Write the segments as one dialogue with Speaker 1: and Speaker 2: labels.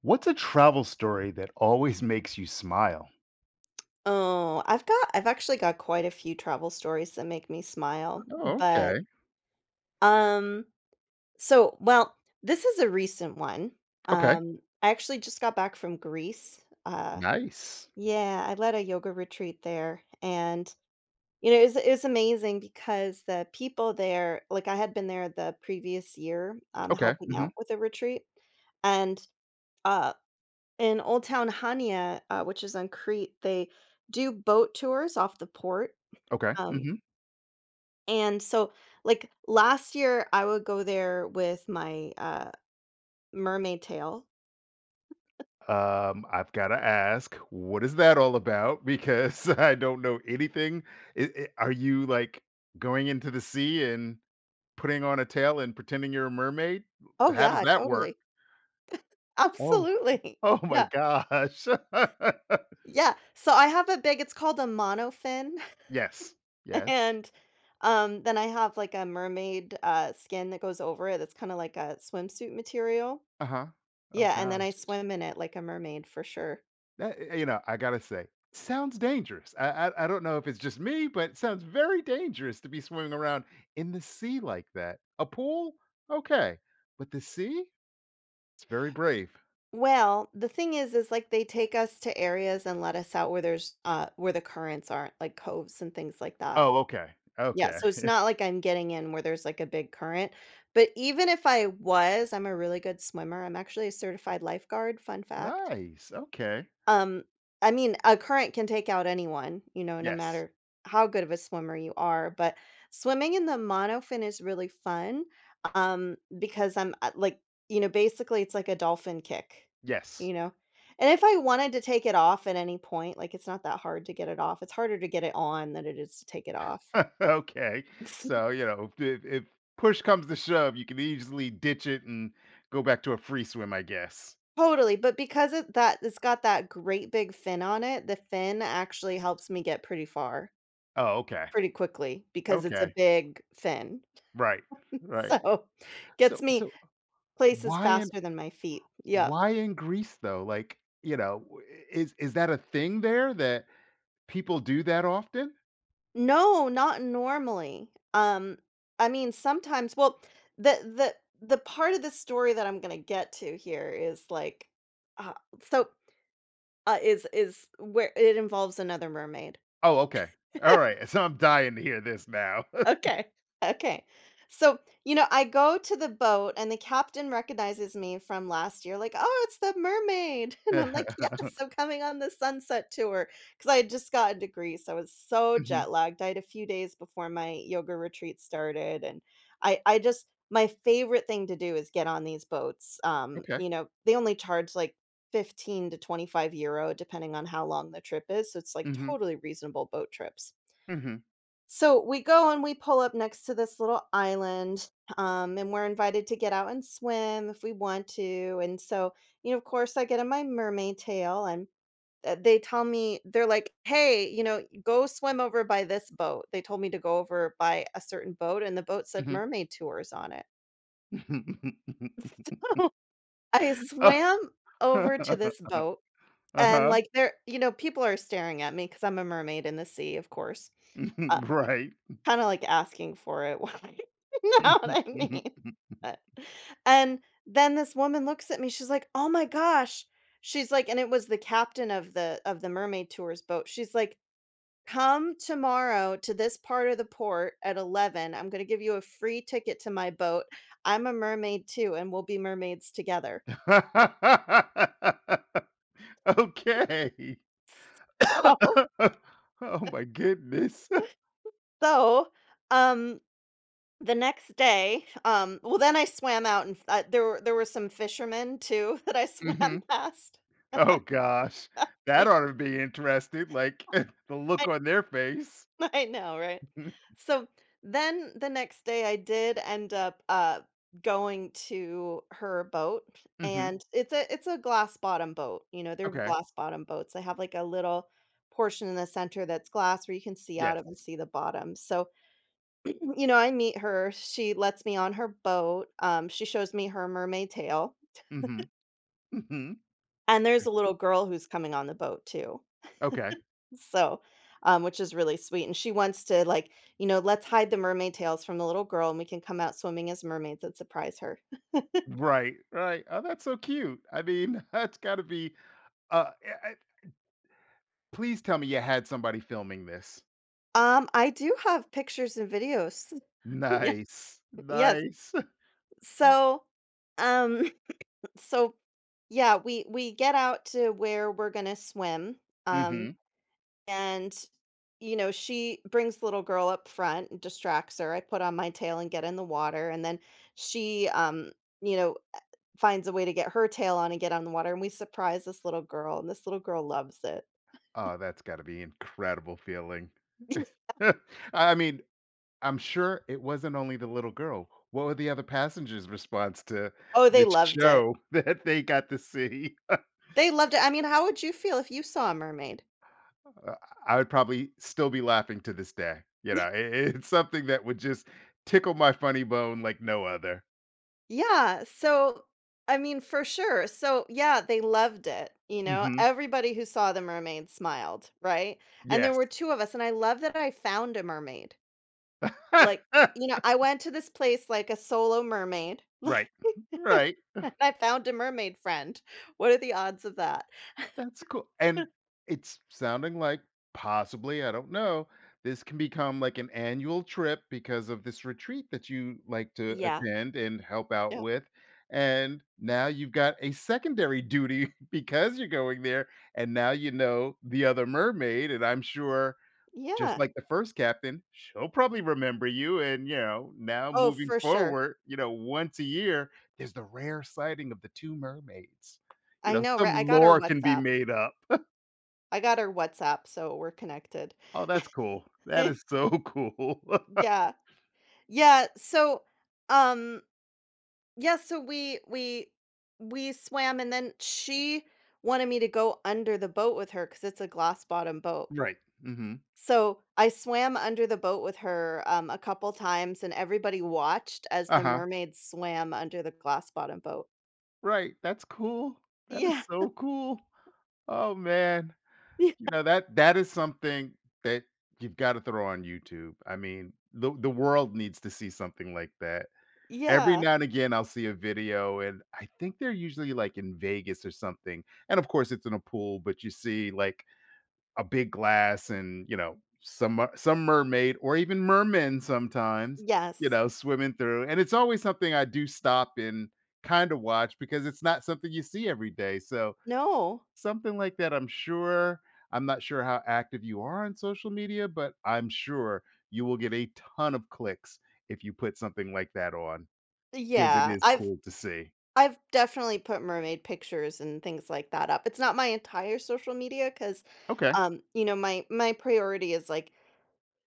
Speaker 1: What's a travel story that always makes you smile?
Speaker 2: Oh, I've actually got quite a few travel stories that make me smile,
Speaker 1: Oh,
Speaker 2: but,
Speaker 1: okay.
Speaker 2: um, so well, this is a recent one.
Speaker 1: Okay.
Speaker 2: I actually just got back from Greece.
Speaker 1: Nice.
Speaker 2: Yeah, I led a yoga retreat there, and, you know, it was amazing because the people there like, I had been there the previous year,
Speaker 1: Okay.
Speaker 2: helping
Speaker 1: Hmm.
Speaker 2: out with a retreat, and, uh, in Old Town Hania, which is on Crete, they do boat tours off the port.
Speaker 1: Okay.
Speaker 2: um
Speaker 1: Hmm.
Speaker 2: And so, like last year, I would go there with my mermaid tail.
Speaker 1: I've got to ask, what is that all about? Because I don't know anything. Are you like going into the sea and putting on a tail and pretending you're a mermaid?
Speaker 2: Oh
Speaker 1: How does
Speaker 2: yeah,
Speaker 1: that work?
Speaker 2: totally,
Speaker 1: Oh,
Speaker 2: absolutely,
Speaker 1: oh my
Speaker 2: yeah,
Speaker 1: gosh.
Speaker 2: yeah. So I have a big. It's called a monofin,
Speaker 1: Yes. Yes.
Speaker 2: and then I have like a mermaid skin that goes over it. That's kind of like a swimsuit material.
Speaker 1: Uh huh. Oh
Speaker 2: Yeah, and then I
Speaker 1: gosh.
Speaker 2: swim in it like a mermaid for sure.
Speaker 1: That I gotta say, sounds dangerous. I don't know if it's just me, but it sounds very dangerous to be swimming around in the sea like that. A pool? Okay. But the sea? It's very brave.
Speaker 2: Well, the thing is, like, they take us to areas and let us out where there's, where the currents aren't, like coves and things like that.
Speaker 1: Oh, okay.
Speaker 2: Yeah,
Speaker 1: Okay.
Speaker 2: so it's not like I'm getting in where there's, like, a big current, but even if I was, I'm a really good swimmer. I'm actually a certified lifeguard, fun fact.
Speaker 1: Nice. Okay.
Speaker 2: Um, I mean, a current can take out anyone, you know, no
Speaker 1: Yes.
Speaker 2: matter how good of a swimmer you are, but swimming in the monofin is really fun, because I'm, like, you know, basically it's like a dolphin kick,
Speaker 1: Yes.
Speaker 2: you know? And if I wanted to take it off at any point, like, it's not that hard to get it off. It's harder to get it on than it is to take it off.
Speaker 1: Okay. So, if push comes to shove, you can easily ditch it and go back to a free swim, I guess.
Speaker 2: Totally, but because it that it's got that great big fin on it, the fin actually helps me get pretty far
Speaker 1: Oh, okay.
Speaker 2: pretty quickly because it's a
Speaker 1: Okay.
Speaker 2: big fin.
Speaker 1: Right. Right.
Speaker 2: So, gets
Speaker 1: So
Speaker 2: me
Speaker 1: so
Speaker 2: places
Speaker 1: why
Speaker 2: faster than my feet. Yep.
Speaker 1: Why in Greece though? Like, is that a thing there that people do that often?
Speaker 2: No, not normally. I mean, sometimes well, the the the part of the story that I'm gonna get to here is like, uh, so, is where it involves another mermaid.
Speaker 1: Oh, okay. All right. So I'm dying to hear this now.
Speaker 2: Okay. Okay. So, you know, I go to the boat and the captain recognizes me from last year, like, "Oh, it's the mermaid." And I'm like, "Yes, I'm coming on the sunset tour because I had just gotten to Greece. I was so
Speaker 1: Hmm.
Speaker 2: jet lagged. I had a few days before my yoga retreat started. And my favorite thing to do is get on these boats.
Speaker 1: Okay.
Speaker 2: You know, they only charge like 15 to 25 euro, depending on how long the trip is. So it's like
Speaker 1: Hmm.
Speaker 2: totally reasonable boat trips.
Speaker 1: Hmm.
Speaker 2: So we go and we pull up next to this little island, and we're invited to get out and swim if we want to. And so, you know, of course, I get in my mermaid tail, and they tell me, they're like, hey, you know, go swim over by this boat. They told me to go over by a certain boat, and the boat said
Speaker 1: Hmm.
Speaker 2: mermaid tours on it. So I swam over to this boat,
Speaker 1: Uh
Speaker 2: and
Speaker 1: huh.
Speaker 2: like, there, you know, people are staring at me because I'm a mermaid in the sea, of course.
Speaker 1: Right.
Speaker 2: Kinda like asking for it when I you know what I mean? But and then this woman looks at me, she's like, "Oh my gosh." She's like and it was the captain of the mermaid tours boat. She's like, "Come tomorrow to this part of the port at 11. I'm gonna give you a free ticket to my boat. I'm a mermaid too, and we'll be mermaids together."
Speaker 1: Okay.
Speaker 2: So
Speaker 1: Oh my goodness.
Speaker 2: so, um, the next day, well, then I swam out and there were some fishermen too that I swam
Speaker 1: Mhm.
Speaker 2: past.
Speaker 1: Oh gosh. That
Speaker 2: Me-
Speaker 1: ought to be interesting, like, the
Speaker 2: I,
Speaker 1: look on their face.
Speaker 2: I know, right?
Speaker 1: Mhm,
Speaker 2: So then the next day, I did end up going to her boat,
Speaker 1: mhm.
Speaker 2: and it's a glass bottom boat. You know, they're
Speaker 1: Okay,
Speaker 2: glass bottom boats. They have like a little portion in the center that's glass where you can see out
Speaker 1: yes.
Speaker 2: of and see the bottom. So you know, I meet her. She lets me on her boat. She shows me her mermaid tail,
Speaker 1: Mhm, mhm.
Speaker 2: and there's a little girl who's coming on the boat too.
Speaker 1: Okay.
Speaker 2: So, which is really sweet, and she wants to, like, you know, "Let's hide the mermaid tails from the little girl, and we can come out swimming as mermaids and surprise her."
Speaker 1: Right, right. Oh, that's so cute. I mean, that's gotta be I please tell me you had somebody filming this.
Speaker 2: I do have pictures and videos. Yeah,
Speaker 1: Nice,
Speaker 2: yes.
Speaker 1: nice.
Speaker 2: So, um, so, yeah, we get out to where we're gonna swim. um
Speaker 1: Mhm.
Speaker 2: And, you know, she brings the little girl up front and distracts her. I put on my tail and get in the water. And then she, you know, uh, finds a way to get her tail on and get on the water. And we surprise this little girl, and this little girl loves it.
Speaker 1: Oh, that's gotta be incredible feeling. I mean, I'm sure it wasn't only the little girl. What were the other passengers' response to
Speaker 2: Oh, they
Speaker 1: the
Speaker 2: loved it.
Speaker 1: show that they got to see?
Speaker 2: They loved it. I mean, how would you feel if you saw a mermaid?
Speaker 1: Uh, I would probably still be laughing to this day. It's something that would just tickle my funny bone like no other.
Speaker 2: Yeah. So, I mean, for sure. So, yeah, they loved it. You know,
Speaker 1: Hmm.
Speaker 2: everybody who saw the mermaid smiled, right? And there
Speaker 1: Yes.
Speaker 2: were two of us. And I love that I found a mermaid. Like, you know, I went to this place like a solo mermaid,
Speaker 1: Right.
Speaker 2: like,
Speaker 1: Right.
Speaker 2: and I found a mermaid friend. What are the odds of that?
Speaker 1: That's cool. And it's sounding like possibly, I don't know, this can become like an annual trip because of this retreat that you like to
Speaker 2: Yeah.
Speaker 1: attend and help out
Speaker 2: Yeah.
Speaker 1: with. And now you've got a secondary duty because you're going there. And now you know the other mermaid. And I'm sure just
Speaker 2: Yeah.
Speaker 1: like the first captain, she'll probably remember you, and, now
Speaker 2: Oh,
Speaker 1: moving
Speaker 2: for sure.
Speaker 1: forward, once a year, there's the rare sighting of the two mermaids.
Speaker 2: I know,
Speaker 1: Some
Speaker 2: right? I got her
Speaker 1: lore can be
Speaker 2: WhatsApp.
Speaker 1: made up.
Speaker 2: I got her WhatsApp, so we're connected.
Speaker 1: Oh, that's cool. That is so cool.
Speaker 2: Yeah. Yeah, so, um, yeah, so we swam, and then she wanted me to go under the boat with her because it's a glass bottom boat.
Speaker 1: Right. Mhm.
Speaker 2: So, I swam under the boat with her, a couple times, and everybody watched as the
Speaker 1: Uh-huh.
Speaker 2: mermaids swam under the glass bottom boat.
Speaker 1: Right, that's cool. That is
Speaker 2: Yeah,
Speaker 1: so cool. Oh, man.
Speaker 2: yeah,
Speaker 1: That is something that you've gotta throw on YouTube. I mean, the world needs to see something like that. Every
Speaker 2: yeah.
Speaker 1: now and again, I'll see a video, and I think they're usually, like, in Vegas or something, and, of course, it's in a pool, but you see, like, a big glass and, some mermaid or even mermen sometimes,
Speaker 2: Yes.
Speaker 1: swimming through, and it's always something I do stop and kinda watch because it's not something you see every day, so
Speaker 2: No.
Speaker 1: something like that, I'm not sure how active you are on social media, but I'm sure you will get a ton of clicks if you put something like that on. 'Cause it
Speaker 2: Yeah,
Speaker 1: is
Speaker 2: I've
Speaker 1: cool to see.
Speaker 2: I've definitely put mermaid pictures and things like that up. It's not my entire social media 'cause,
Speaker 1: Okay.
Speaker 2: you know, my priority is, like,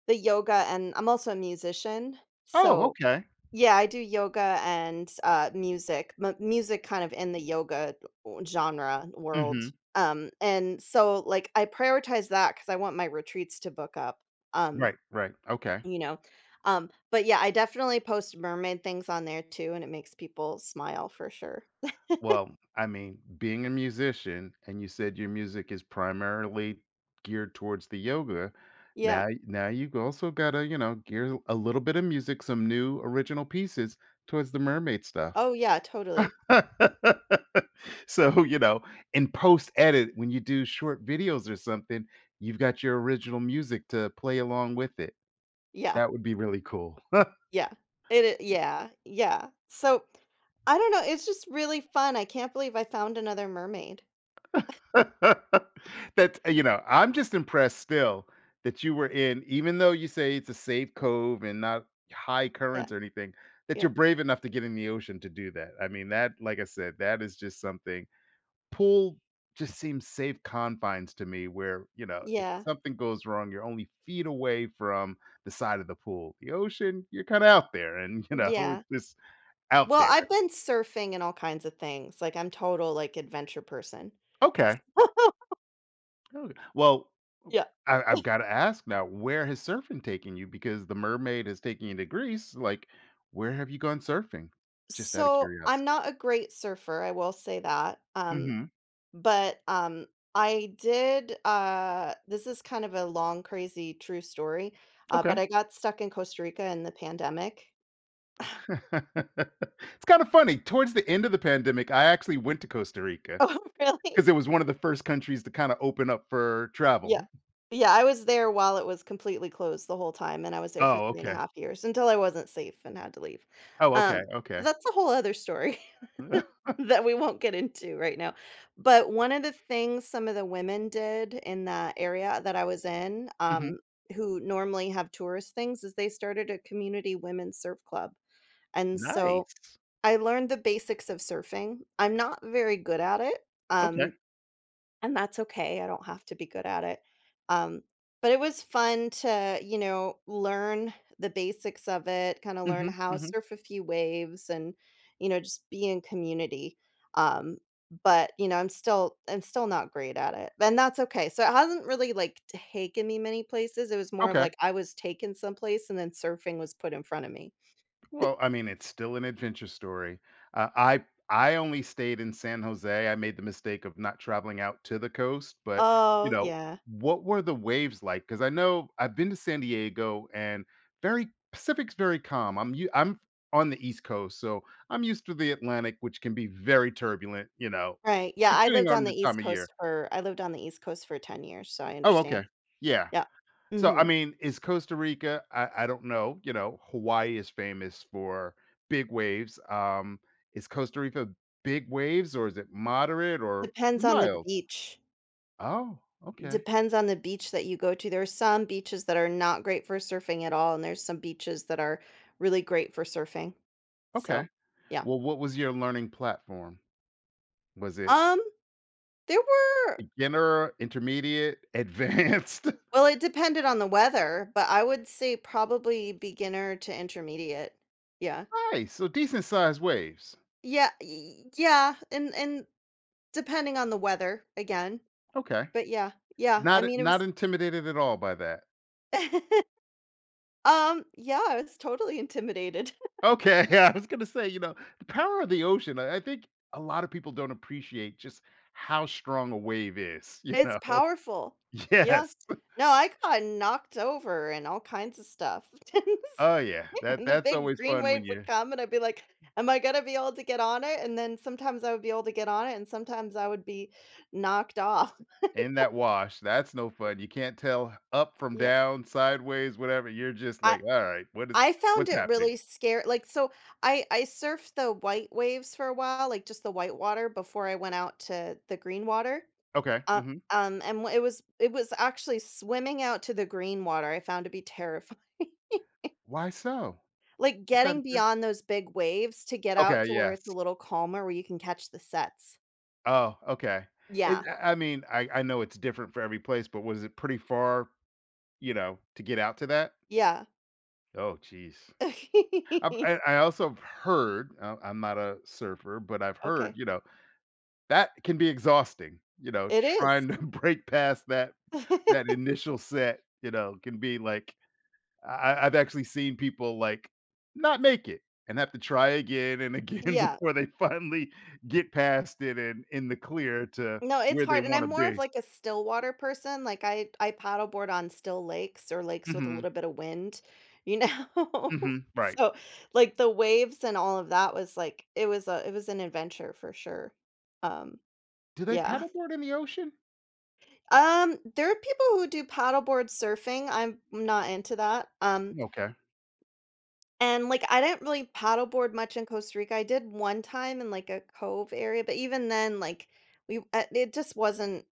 Speaker 2: the yoga, and I'm also a musician,
Speaker 1: Oh,
Speaker 2: so.
Speaker 1: okay.
Speaker 2: Yeah, I do yoga and, music, mu music kind of in the yoga genre world,
Speaker 1: Mhm.
Speaker 2: and so, like, I prioritize that because I want my retreats to book up, um,
Speaker 1: Right, right. Okay.
Speaker 2: you know, but yeah, I definitely post mermaid things on there too, and it makes people smile for sure.
Speaker 1: Well, I mean, being a musician and you said your music is primarily geared towards the yoga,
Speaker 2: Yeah.
Speaker 1: now you've also gotta, gear a little bit of music, some new original pieces towards the mermaid stuff.
Speaker 2: Oh, yeah, totally.
Speaker 1: So, in post edit, when you do short videos or something, you've got your original music to play along with it.
Speaker 2: Yeah,
Speaker 1: That would be really cool.
Speaker 2: yeah. It I yeah, yeah. So, I don't know, it's just really fun, I can't believe I found another mermaid.
Speaker 1: That's I'm just impressed still that you were in, even though you say it's a safe cove and not high
Speaker 2: Yeah,
Speaker 1: currents or anything, that
Speaker 2: yeah,
Speaker 1: you're brave enough to get in the ocean to do that. I mean, that, like I said, that is just something. Pool just seems safe confines to me where, if
Speaker 2: yeah,
Speaker 1: something goes wrong, you're only feet away from the side of the pool. The ocean, you're kind of out there and, it's
Speaker 2: yeah.
Speaker 1: just out
Speaker 2: Well,
Speaker 1: there.
Speaker 2: I've been surfing and all kinds of things, like, I'm total, like, adventure person.
Speaker 1: Okay. Okay. Well,
Speaker 2: Yeah.
Speaker 1: I've got to ask now, where has surfing taken you? Because the mermaid has taken you to Greece. Like, where have you gone surfing? Just out of
Speaker 2: So, I'm
Speaker 1: curiosity.
Speaker 2: not a great surfer, I will say that,
Speaker 1: Hmm.
Speaker 2: but, I did, this is kind of a long, crazy, true story,
Speaker 1: Okay.
Speaker 2: but I got stuck in Costa Rica in the pandemic.
Speaker 1: It's kind of funny. Towards the end of the pandemic, I actually went to Costa Rica
Speaker 2: Oh, really?
Speaker 1: because it was one of the first countries to kind of open up for travel.
Speaker 2: Yeah. Yeah, I was there while it was completely closed the whole time, and I was there for
Speaker 1: Oh,
Speaker 2: 3 and a
Speaker 1: okay.
Speaker 2: half years until I wasn't safe and had to leave.
Speaker 1: Oh, okay.
Speaker 2: Um, but
Speaker 1: Okay.
Speaker 2: that's a whole other story that we won't get into right now. But one of the things some of the women did in that area that I was in,
Speaker 1: Mhm.
Speaker 2: who normally have tourist things, is they started a community women's surf club, and so
Speaker 1: Nice.
Speaker 2: I learned the basics of surfing. I'm not very good at it,
Speaker 1: Okay.
Speaker 2: um and that's okay, I don't have to be good at it. Um, but it was fun to, you know, learn the basics of it, kinda learn
Speaker 1: Hmm.
Speaker 2: how to
Speaker 1: Hmm.
Speaker 2: surf a few waves and, you know, just be in community. Um, but, you know, I'm still not great at it, and that's okay. So, it hasn't really, like, taken me many places, it was more of
Speaker 1: Okay.
Speaker 2: like I was taken someplace and then surfing was put in front of me.
Speaker 1: Well, I mean, it's still an adventure story. Uh, I I only stayed in San Jose. I made the mistake of not traveling out to the coast, but you
Speaker 2: Oh,
Speaker 1: know,
Speaker 2: yeah.
Speaker 1: what were the waves like? Because I know I've been to San Diego and very Pacific's very calm. I'm on the East Coast, so I'm used to the Atlantic, which can be very turbulent.
Speaker 2: Right, yeah, I
Speaker 1: Depending
Speaker 2: lived on
Speaker 1: on
Speaker 2: the
Speaker 1: the
Speaker 2: East
Speaker 1: time of year.
Speaker 2: Coast for I lived on the East Coast for 10 years, so I
Speaker 1: Oh,
Speaker 2: understand.
Speaker 1: okay, yeah.
Speaker 2: Yeah.
Speaker 1: So, I
Speaker 2: Mhm.
Speaker 1: mean, is Costa Rica I don't know, Hawaii is famous for big waves, is Costa Rica big waves, or is it moderate or
Speaker 2: Depends on the
Speaker 1: mild?
Speaker 2: beach.
Speaker 1: Oh, okay,
Speaker 2: Depends on the beach that you go to. There are some beaches that are not great for surfing at all, and there's some beaches that are really great for surfing. So,
Speaker 1: okay.
Speaker 2: yeah.
Speaker 1: Well, what was your learning platform? Was it
Speaker 2: Um, there were
Speaker 1: beginner, intermediate, advanced?
Speaker 2: Well, it depended on the weather, but I would say probably beginner to intermediate. Yeah.
Speaker 1: Nice, so decent sized waves.
Speaker 2: Yeah, yeah, and depending on the weather again.
Speaker 1: Okay.
Speaker 2: But yeah. Yeah, I
Speaker 1: Not
Speaker 2: mean it
Speaker 1: not
Speaker 2: was
Speaker 1: intimidated at all by that?
Speaker 2: yeah, I was totally intimidated.
Speaker 1: Okay, yeah, I was gonna say, the power of the ocean. I think a lot of people don't appreciate just how strong a wave is. You
Speaker 2: it's
Speaker 1: know?
Speaker 2: powerful. Yeah.
Speaker 1: Yes.
Speaker 2: No, I got knocked over and all kinds of stuff.
Speaker 1: Oh yeah, that
Speaker 2: And the
Speaker 1: that's
Speaker 2: big
Speaker 1: always
Speaker 2: green
Speaker 1: fun
Speaker 2: wave
Speaker 1: when
Speaker 2: would
Speaker 1: you're
Speaker 2: come, and I'd be like, "Am I gonna be able to get on it?" And then sometimes I would be able to get on it, and sometimes I would be knocked off.
Speaker 1: in that wash. That's no fun. You can't tell up from
Speaker 2: Yeah.
Speaker 1: down, sideways, whatever. You're just
Speaker 2: I
Speaker 1: like, all right,
Speaker 2: I found
Speaker 1: what's
Speaker 2: it
Speaker 1: happening?
Speaker 2: really scary like, so I surfed the white waves for a while, like, just the white water before I went out to the green water.
Speaker 1: Okay.
Speaker 2: Uh,
Speaker 1: Hmm.
Speaker 2: and w it was actually swimming out to the green water I found to be terrifying.
Speaker 1: Why so?
Speaker 2: Like,
Speaker 1: Just out
Speaker 2: getting
Speaker 1: of curi-
Speaker 2: beyond those big waves to get out
Speaker 1: Okay.
Speaker 2: to where it's a
Speaker 1: Yes.
Speaker 2: little calmer where you can catch the sets.
Speaker 1: Oh, okay.
Speaker 2: Yeah,
Speaker 1: I mean, I know it's different for every place, but was it pretty far? To get out to that?
Speaker 2: yeah.
Speaker 1: Oh, geez. I also have heard, I'm not a surfer, but I've heard,
Speaker 2: Okay.
Speaker 1: that can be exhausting,
Speaker 2: It is.
Speaker 1: trying to break past that initial set, can be like I've actually seen people like not make it and have to try again and again
Speaker 2: Yeah.
Speaker 1: before they finally get past it and in the clear to
Speaker 2: No, it's
Speaker 1: where they
Speaker 2: hard, and
Speaker 1: want
Speaker 2: I'm
Speaker 1: to
Speaker 2: more of,
Speaker 1: be.
Speaker 2: like, a still water person, like, I paddleboard on still lakes or lakes with a
Speaker 1: Mhm.
Speaker 2: little bit of wind, you know?
Speaker 1: Mhm. Right.
Speaker 2: So, like, the waves and all of that was, like it was an adventure for sure. Um,
Speaker 1: Do they
Speaker 2: yeah.
Speaker 1: paddleboard in the ocean?
Speaker 2: There are people who do paddleboard surfing, I'm not into that,
Speaker 1: Okay.
Speaker 2: and, like, I didn't really paddleboard much in Costa Rica, I did one time in, like, a cove area, but even then, like, we it just wasn't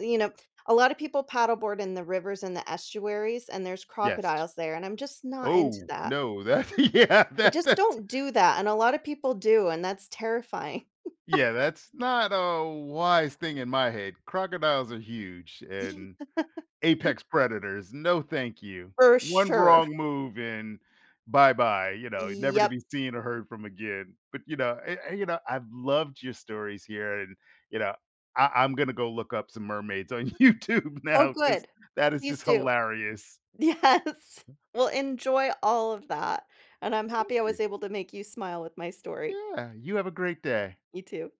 Speaker 2: you know, a lot of people paddleboard in the rivers and the estuaries, and there's
Speaker 1: Yes.
Speaker 2: crocodiles there, and I'm just not into
Speaker 1: Oh
Speaker 2: that.
Speaker 1: no, that yeah,
Speaker 2: I just don't do that, and a lot of people do, and that's terrifying.
Speaker 1: That's not a wise thing in my head. Crocodiles are huge and apex predators. No, thank you.
Speaker 2: For
Speaker 1: One
Speaker 2: sure.
Speaker 1: wrong move and bye bye. Never to
Speaker 2: Yep.
Speaker 1: be seen or heard from again. But I've loved your stories here, and you know, I'm gonna go look up some mermaids on YouTube
Speaker 2: Oh,
Speaker 1: now because
Speaker 2: good.
Speaker 1: that is
Speaker 2: Please
Speaker 1: just
Speaker 2: do.
Speaker 1: hilarious.
Speaker 2: Yes. Well, enjoy all of that, and I'm
Speaker 1: Thank
Speaker 2: happy I was
Speaker 1: you.
Speaker 2: able to make you smile with my story.
Speaker 1: Yeah, you have a great day.
Speaker 2: You too.